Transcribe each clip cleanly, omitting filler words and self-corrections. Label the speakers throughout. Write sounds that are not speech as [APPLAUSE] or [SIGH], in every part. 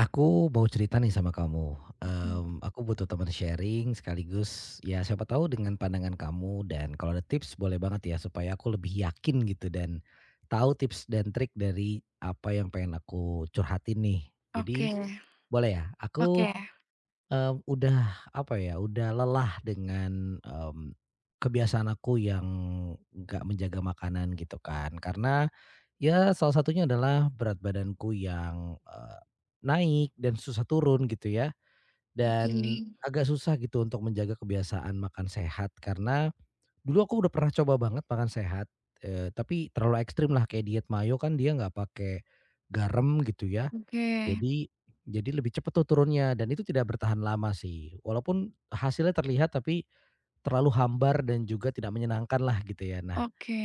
Speaker 1: Aku mau cerita nih sama kamu,
Speaker 2: Mmm,
Speaker 1: aku butuh teman sharing sekaligus, ya siapa tahu dengan pandangan kamu. Dan kalau ada tips boleh banget ya, supaya aku lebih yakin gitu dan tahu tips dan trik dari apa yang pengen aku curhatin nih. Jadi
Speaker 2: oke
Speaker 1: boleh ya? Aku,
Speaker 2: oke
Speaker 1: udah apa ya, udah lelah dengan, kebiasaan aku yang nggak menjaga makanan gitu kan. Karena ya salah satunya adalah berat badanku yang, naik dan susah turun gitu ya,
Speaker 2: oke
Speaker 1: dan agak susah gitu untuk menjaga kebiasaan makan sehat, karena dulu aku udah pernah coba banget makan sehat, tapi terlalu ekstrim lah, kayak diet mayo kan dia nggak pakai garam gitu ya,
Speaker 2: oke
Speaker 1: jadi jadi lebih cepet tuh turunnya dan itu tidak bertahan lama sih, walaupun hasilnya terlihat, tapi terlalu hambar dan juga tidak menyenangkan lah gitu ya. Nah
Speaker 2: oke,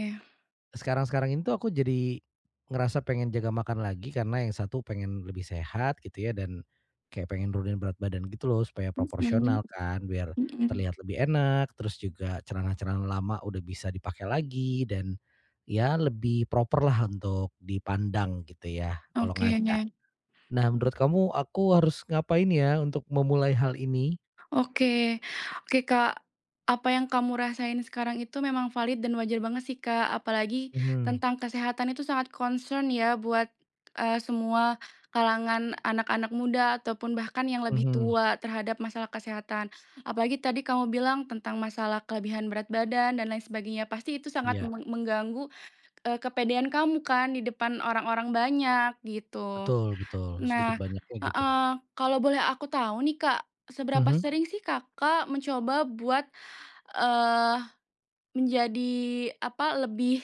Speaker 1: sekarang-sekarang ini tuh aku jadi ngerasa pengen jaga makan lagi, karena yang satu pengen lebih sehat gitu ya, dan kayak pengen nurunin berat badan gitu loh, supaya
Speaker 2: mmm,
Speaker 1: proporsional kan, biar
Speaker 2: mhm,
Speaker 1: terlihat lebih enak. Terus juga celana-celana lama udah bisa dipakai lagi, dan ya lebih proper lah untuk dipandang gitu ya kalau
Speaker 2: oke
Speaker 1: ngaca. Nah menurut kamu aku harus ngapain ya untuk memulai hal ini?
Speaker 2: oke oke, Kak, apa yang kamu rasain sekarang itu memang valid dan wajar banget sih, Kak, apalagi
Speaker 1: Mhm,
Speaker 2: tentang kesehatan itu sangat concern ya buat, semua kalangan anak-anak muda ataupun bahkan yang lebih
Speaker 1: mhm.
Speaker 2: tua terhadap masalah kesehatan. Apalagi tadi kamu bilang tentang masalah kelebihan berat badan dan lain sebagainya, pasti itu sangat
Speaker 1: Iya,
Speaker 2: mengganggu kepedean kamu kan di depan orang-orang banyak gitu.
Speaker 1: betul betul, sedikit
Speaker 2: Nah,
Speaker 1: banyaknya gitu.
Speaker 2: heeh, kalau boleh aku tahu nih, Kak, seberapa
Speaker 1: Mhm.
Speaker 2: sering sih Kakak mencoba buat, eee, menjadi apa, lebih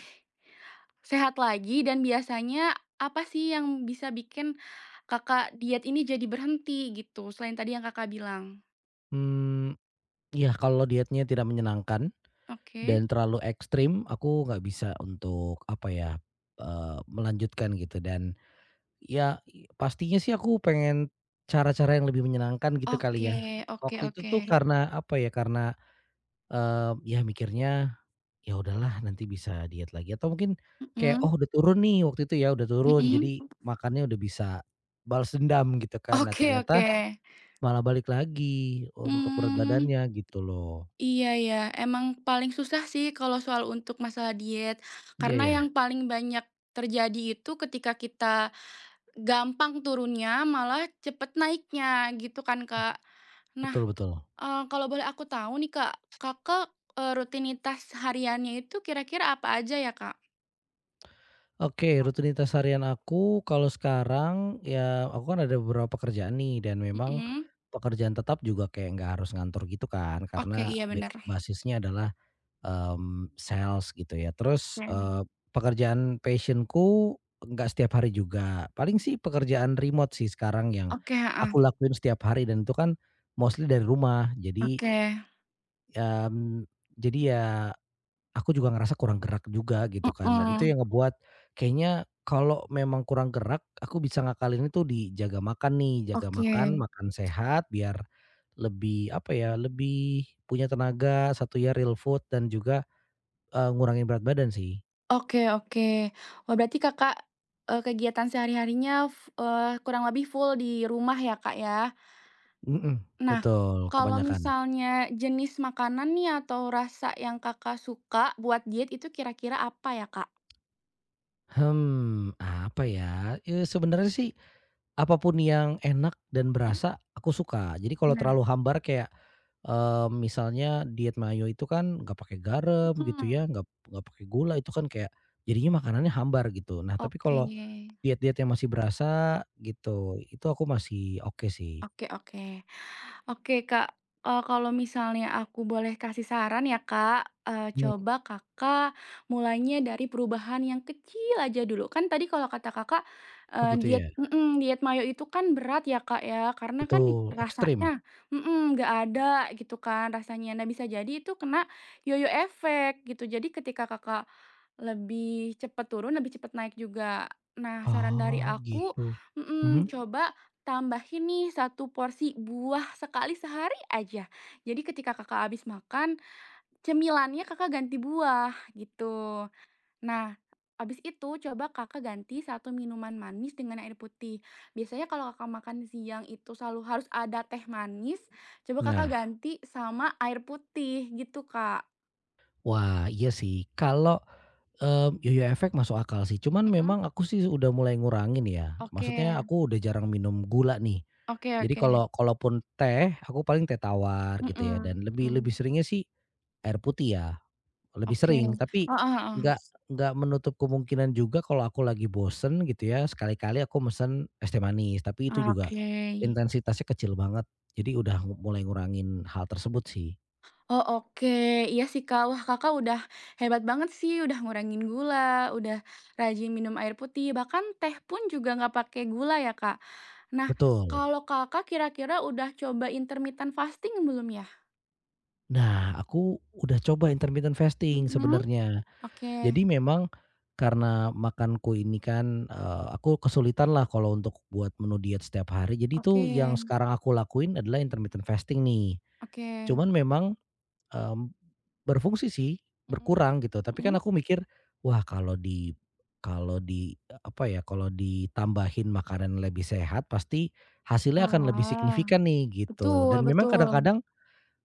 Speaker 2: sehat lagi dan biasanya apa sih yang bisa bikin Kakak diet ini jadi berhenti gitu, selain tadi yang Kakak bilang?
Speaker 1: Mmm. Iya, kalau dietnya tidak menyenangkan
Speaker 2: Oke.
Speaker 1: dan terlalu ekstrim, aku nggak bisa untuk apa ya, melanjutkan gitu. Dan ya, pastinya sih aku pengen cara-cara yang lebih menyenangkan gitu kali ya.
Speaker 2: Oke oke
Speaker 1: Waktu itu
Speaker 2: oke.
Speaker 1: tuh karena apa ya, karena, ya mikirnya, "Ya udahlah nanti bisa diet lagi," atau mungkin kayak,
Speaker 2: Mhm
Speaker 1: "Oh udah turun nih," waktu itu ya udah turun, jadi
Speaker 2: mhm.
Speaker 1: makannya udah bisa balas dendam gitu kan. Nah
Speaker 2: Oke
Speaker 1: ternyata
Speaker 2: oke.
Speaker 1: malah balik lagi untuk berat
Speaker 2: Hmm.
Speaker 1: badannya gitu loh.
Speaker 2: Iya ya, emang paling susah sih kalau soal untuk masalah diet.
Speaker 1: Iya
Speaker 2: Karena yang
Speaker 1: ya,
Speaker 2: paling banyak terjadi itu ketika kita gampang turunnya, malah cepet naiknya gitu kan, Kak. Nah,
Speaker 1: betul betul.
Speaker 2: kalau boleh aku tahu nih, Kak, Kakak, rutinitas hariannya itu kira-kira apa aja ya, Kak?
Speaker 1: Oke, rutinitas harian aku kalau sekarang ya, aku kan ada beberapa kerjaan nih, dan memang
Speaker 2: Mhm.
Speaker 1: pekerjaan tetap juga kayak nggak harus ngantor gitu kan,
Speaker 2: Oke,
Speaker 1: karena
Speaker 2: iya benar.
Speaker 1: basisnya adalah em, sales gitu ya. Terus eh,
Speaker 2: Oke.
Speaker 1: pekerjaan passionku nggak setiap hari juga. Paling sih pekerjaan remote sih sekarang yang
Speaker 2: Oke,
Speaker 1: aku
Speaker 2: heeh.
Speaker 1: lakuin setiap hari, dan itu kan mostly dari rumah. Jadi
Speaker 2: Oke.
Speaker 1: em, jadi ya aku juga ngerasa kurang gerak juga gitu kan, dan itu
Speaker 2: Mhm,
Speaker 1: yang ngebuat kayaknya kalau memang kurang gerak, aku bisa ngakalin itu di jaga makan nih, jaga
Speaker 2: oke.
Speaker 1: makan, makan sehat biar lebih apa ya, lebih punya tenaga, satu ya real food dan juga, ngurangin berat badan sih.
Speaker 2: Oke oke. Wah, berarti Kakak, kegiatan sehari-harinya kurang lebih full di rumah ya, Kak, ya?
Speaker 1: Mhm,
Speaker 2: Nah,
Speaker 1: betul
Speaker 2: kalau
Speaker 1: kebanyakan.
Speaker 2: misalnya jenis makanan nih atau rasa yang Kakak suka buat diet itu kira-kira apa ya, Kak?
Speaker 1: Hmm, apa ya, eee, sebenarnya sih apapun yang enak dan
Speaker 2: Mm?
Speaker 1: berasa, aku suka. Jadi kalau
Speaker 2: Nah.
Speaker 1: terlalu hambar kayak, misalnya diet mayo itu kan nggak pakai garam gitu ya,
Speaker 2: Mhm,
Speaker 1: nggak pakai gula, itu kan kayak jadinya makanannya hambar gitu. Nah, tapi
Speaker 2: oke.
Speaker 1: kalau diet-diet yang masih berasa gitu, itu aku masih oke sih.
Speaker 2: Oke oke. Oke, Kak, kalau misalnya aku boleh kasih saran ya, Kak,
Speaker 1: Mmm.
Speaker 2: coba Kakak mulainya dari perubahan yang kecil aja dulu. Kan tadi kalau kata Kakak,
Speaker 1: Oh
Speaker 2: Oke.
Speaker 1: gitu ya?
Speaker 2: Diet mayo itu kan berat ya, Kak, ya, karena kan
Speaker 1: Betul, ekstrim?
Speaker 2: rasanya mhm, nggak ada gitu kan rasanya. Nah, bisa jadi itu kena yoyo efek gitu. Jadi ketika Kakak lebih cepat turun, lebih cepat naik juga. Nah, saran dari
Speaker 1: Oh
Speaker 2: aku
Speaker 1: gitu.
Speaker 2: mhm,
Speaker 1: Mhm.
Speaker 2: coba tambahin nih satu porsi buah sekali sehari aja. Jadi ketika Kakak habis makan, cemilannya Kakak ganti buah, gitu. Nah, habis itu coba Kakak ganti satu minuman manis dengan air putih. Biasanya kalau Kakak makan siang itu selalu harus ada teh manis, coba Kakak, heeh,
Speaker 1: Nah,
Speaker 2: ganti sama air putih gitu, Kak.
Speaker 1: wah iya sih, kalau mmm, yo efek masuk akal sih, cuman
Speaker 2: Mhm.
Speaker 1: memang aku sih udah mulai ngurangin ya,
Speaker 2: Oke
Speaker 1: maksudnya aku udah jarang minum gula nih.
Speaker 2: oke
Speaker 1: Jadi
Speaker 2: oke.
Speaker 1: kalau kalaupun teh, aku paling teh tawar gitu ya,
Speaker 2: Mhm
Speaker 1: dan lebih lebih
Speaker 2: mhm.
Speaker 1: seringnya sih air putih ya, lebih
Speaker 2: Oke.
Speaker 1: sering. Tapi
Speaker 2: Heeh
Speaker 1: nggak
Speaker 2: heeh.
Speaker 1: nggak menutup kemungkinan juga kalau aku lagi bosen gitu ya, sekali-kali aku mesen es teh manis, tapi itu juga
Speaker 2: Oke.
Speaker 1: intensitasnya kecil banget. Jadi udah mulai ngurangin hal tersebut sih.
Speaker 2: Oh oke, iya sih, Kak. Wah, Kakak udah hebat banget sih, udah ngurangin gula, udah rajin minum air putih, bahkan teh pun juga nggak pakai gula ya, Kak. Nah,
Speaker 1: Betul.
Speaker 2: kalau Kakak kira-kira udah coba intermittent fasting belum ya?
Speaker 1: Nah, aku udah coba intermittent fasting
Speaker 2: Mhm,
Speaker 1: sebenarnya.
Speaker 2: oke,
Speaker 1: Jadi memang karena makanku ini kan, aku kesulitan lah kalau untuk buat menu diet setiap hari. Jadi
Speaker 2: oke,
Speaker 1: itu yang sekarang aku lakuin adalah intermittent fasting nih.
Speaker 2: oke.
Speaker 1: Cuman memang, mmm, berfungsi sih,
Speaker 2: Mhm,
Speaker 1: berkurang gitu. Tapi kan
Speaker 2: mhm.
Speaker 1: aku mikir, wah kalau di, kalau di, apa ya, kalau ditambahin makanan lebih sehat pasti hasilnya akan lebih
Speaker 2: Ah,
Speaker 1: signifikan nih gitu. Dan
Speaker 2: betul
Speaker 1: memang
Speaker 2: betul.
Speaker 1: kadang-kadang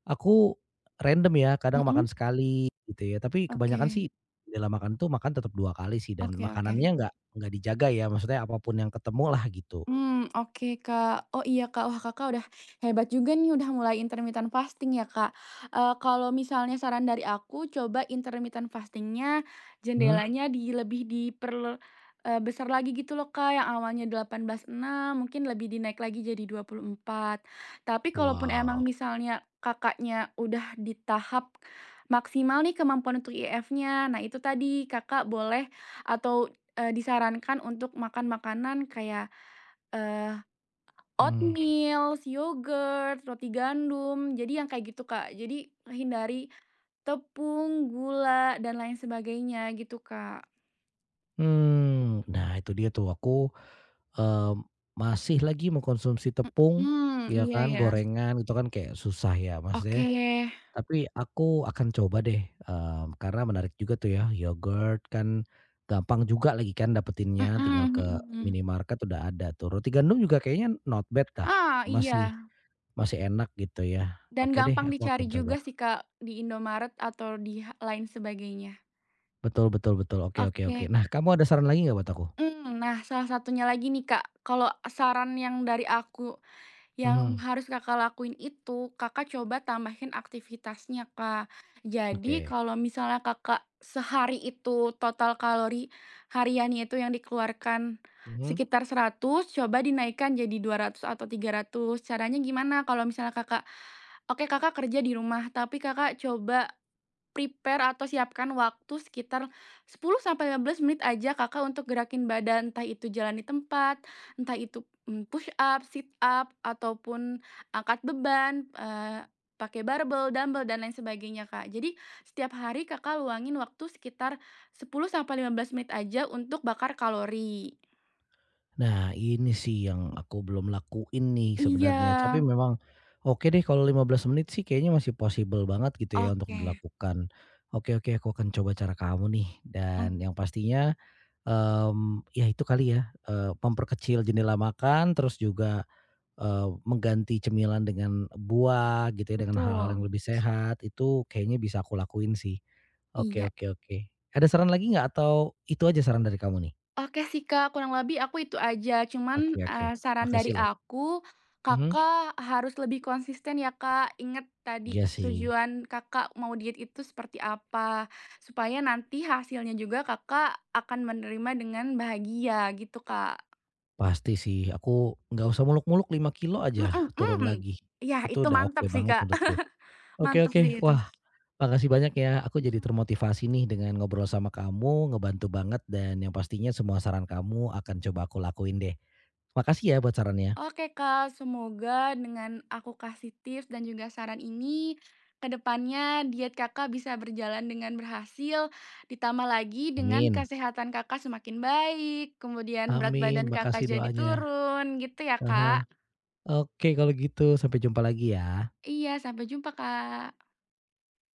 Speaker 1: aku random ya, kadang makan
Speaker 2: Mhm,
Speaker 1: sekali gitu ya, tapi kebanyakan sih
Speaker 2: oke,
Speaker 1: dalam makan tuh makan tetap 2 kali sih, dan
Speaker 2: oke oke.
Speaker 1: makanannya nggak dijaga ya, maksudnya apapun yang ketemu lah gitu.
Speaker 2: Hmm, oke, Kak. Oh, iya, Kak. Wah, Kakak udah hebat juga nih, udah mulai intermittent fasting ya, Kak. Kalau misalnya saran dari aku, coba intermittent fastingnya, Mhm,
Speaker 1: Mhm.
Speaker 2: jendelanya di lebih besar lagi gitu loh, Kak, yang awalnya 18/6 mungkin lebih dinaik lagi jadi 24. Tapi kalaupun emang,
Speaker 1: Wow.
Speaker 2: Wow, misalnya Kakaknya udah di tahap maksimal nih kemampuan untuk IF-nya, nah itu tadi Kakak boleh atau, disarankan untuk makan makanan kayak Eee,
Speaker 1: Mhm.
Speaker 2: oatmeal, yogurt, roti gandum, jadi yang kayak gitu, Kak. Jadi hindari tepung, gula, dan lain sebagainya gitu, Kak.
Speaker 1: Mmm, nah itu dia tuh aku, eee, masih lagi mengkonsumsi tepung,
Speaker 2: Hmm,
Speaker 1: ya
Speaker 2: iya
Speaker 1: kan,
Speaker 2: ya.
Speaker 1: gorengan itu kan kayak susah ya maksudnya.
Speaker 2: Oke.
Speaker 1: Tapi aku akan coba deh, karena menarik juga tuh ya, yogurt kan gampang juga lagi kan dapetinnya, tinggal
Speaker 2: Mhm
Speaker 1: ke
Speaker 2: mhm.
Speaker 1: minimarket udah ada tuh. Roti gandum juga kayaknya not bad dah,
Speaker 2: Ah, iya,
Speaker 1: masih masih enak gitu ya.
Speaker 2: dan
Speaker 1: Oke deh,
Speaker 2: gampang
Speaker 1: aku akan
Speaker 2: dicari
Speaker 1: coba.
Speaker 2: juga sih, Kak, di Indomaret atau di lain sebagainya.
Speaker 1: Betul betul betul, oke oke oke.
Speaker 2: Oke.
Speaker 1: Nah, kamu ada saran lagi nggak buat aku?
Speaker 2: Nah, salah satunya lagi nih, Kak, kalau saran yang dari aku, yang
Speaker 1: Mhm,
Speaker 2: harus Kakak lakuin itu, Kakak coba tambahin aktivitasnya, Kak. Jadi
Speaker 1: oke.
Speaker 2: kalau misalnya Kakak sehari itu total kalori hariannya itu yang dikeluarkan
Speaker 1: Mhm.
Speaker 2: sekitar 100, coba dinaikkan jadi 200 atau 300. Caranya gimana? Kalau misalnya Kakak, oke, Kakak kerja di rumah, tapi Kakak coba prepare atau siapkan waktu sekitar 10 sampai 15 menit aja Kakak untuk gerakin badan, entah itu jalan di tempat, entah itu, push up, sit up, ataupun angkat beban, pakai barbel, dumbbell dan lain sebagainya, Kak. Jadi setiap hari Kakak luangin waktu sekitar 10 sampai 15 menit aja untuk bakar kalori.
Speaker 1: Nah, ini sih yang aku belum lakuin nih
Speaker 2: Iya,
Speaker 1: sebenarnya, tapi memang oke deh, kalau 15 menit sih kayaknya masih possible banget gitu ya untuk
Speaker 2: oke,
Speaker 1: dilakukan. Oke oke, aku akan coba cara kamu nih, dan
Speaker 2: mhm,
Speaker 1: yang pastinya, ya itu kali ya, memperkecil jendela makan, terus juga, mengganti cemilan dengan buah gitu ya, dengan hal-hal yang
Speaker 2: betul.
Speaker 1: lebih sehat. Itu kayaknya bisa aku lakuin sih. Oke
Speaker 2: Iya.
Speaker 1: oke oke. Ada saran lagi nggak, atau itu aja saran dari kamu nih?
Speaker 2: Oke sih, Kak, kurang lebih aku itu aja.
Speaker 1: Oke
Speaker 2: Cuman,
Speaker 1: oke,
Speaker 2: saran dari
Speaker 1: makasih loh.
Speaker 2: aku,
Speaker 1: Mhm.
Speaker 2: Kakak harus lebih konsisten ya, Kak. Ingat tadi
Speaker 1: Iya sih,
Speaker 2: tujuan Kakak mau diet itu seperti apa, supaya nanti hasilnya juga Kakak akan menerima dengan bahagia gitu, Kak.
Speaker 1: pasti sih. Aku nggak usah muluk-muluk, 5 kilo aja
Speaker 2: Mhm
Speaker 1: turun
Speaker 2: mhm.
Speaker 1: lagi.
Speaker 2: Ya
Speaker 1: Itu
Speaker 2: itu
Speaker 1: udah oke
Speaker 2: mantap sih,
Speaker 1: banget
Speaker 2: Kak.
Speaker 1: menurutku.
Speaker 2: [LAUGHS]
Speaker 1: Oke
Speaker 2: Mantap sih
Speaker 1: oke,
Speaker 2: itu.
Speaker 1: wah makasih banyak ya. Aku jadi
Speaker 2: Mhm.
Speaker 1: termotivasi nih dengan ngobrol sama kamu, ngebantu banget, dan yang pastinya semua saran kamu akan coba aku lakuin deh. Makasih ya buat sarannya.
Speaker 2: Oke, Kak, semoga dengan aku kasih tips dan juga saran ini, kedepannya diet Kakak bisa berjalan dengan berhasil, ditambah lagi dengan
Speaker 1: Amin.
Speaker 2: kesehatan Kakak semakin baik, kemudian berat
Speaker 1: Amin,
Speaker 2: badan Kakak
Speaker 1: makasih
Speaker 2: jadi
Speaker 1: doanya.
Speaker 2: turun, gitu ya,
Speaker 1: Aha.
Speaker 2: Kak?
Speaker 1: Oke kalau gitu sampai jumpa lagi ya.
Speaker 2: Iya, sampai jumpa, Kak.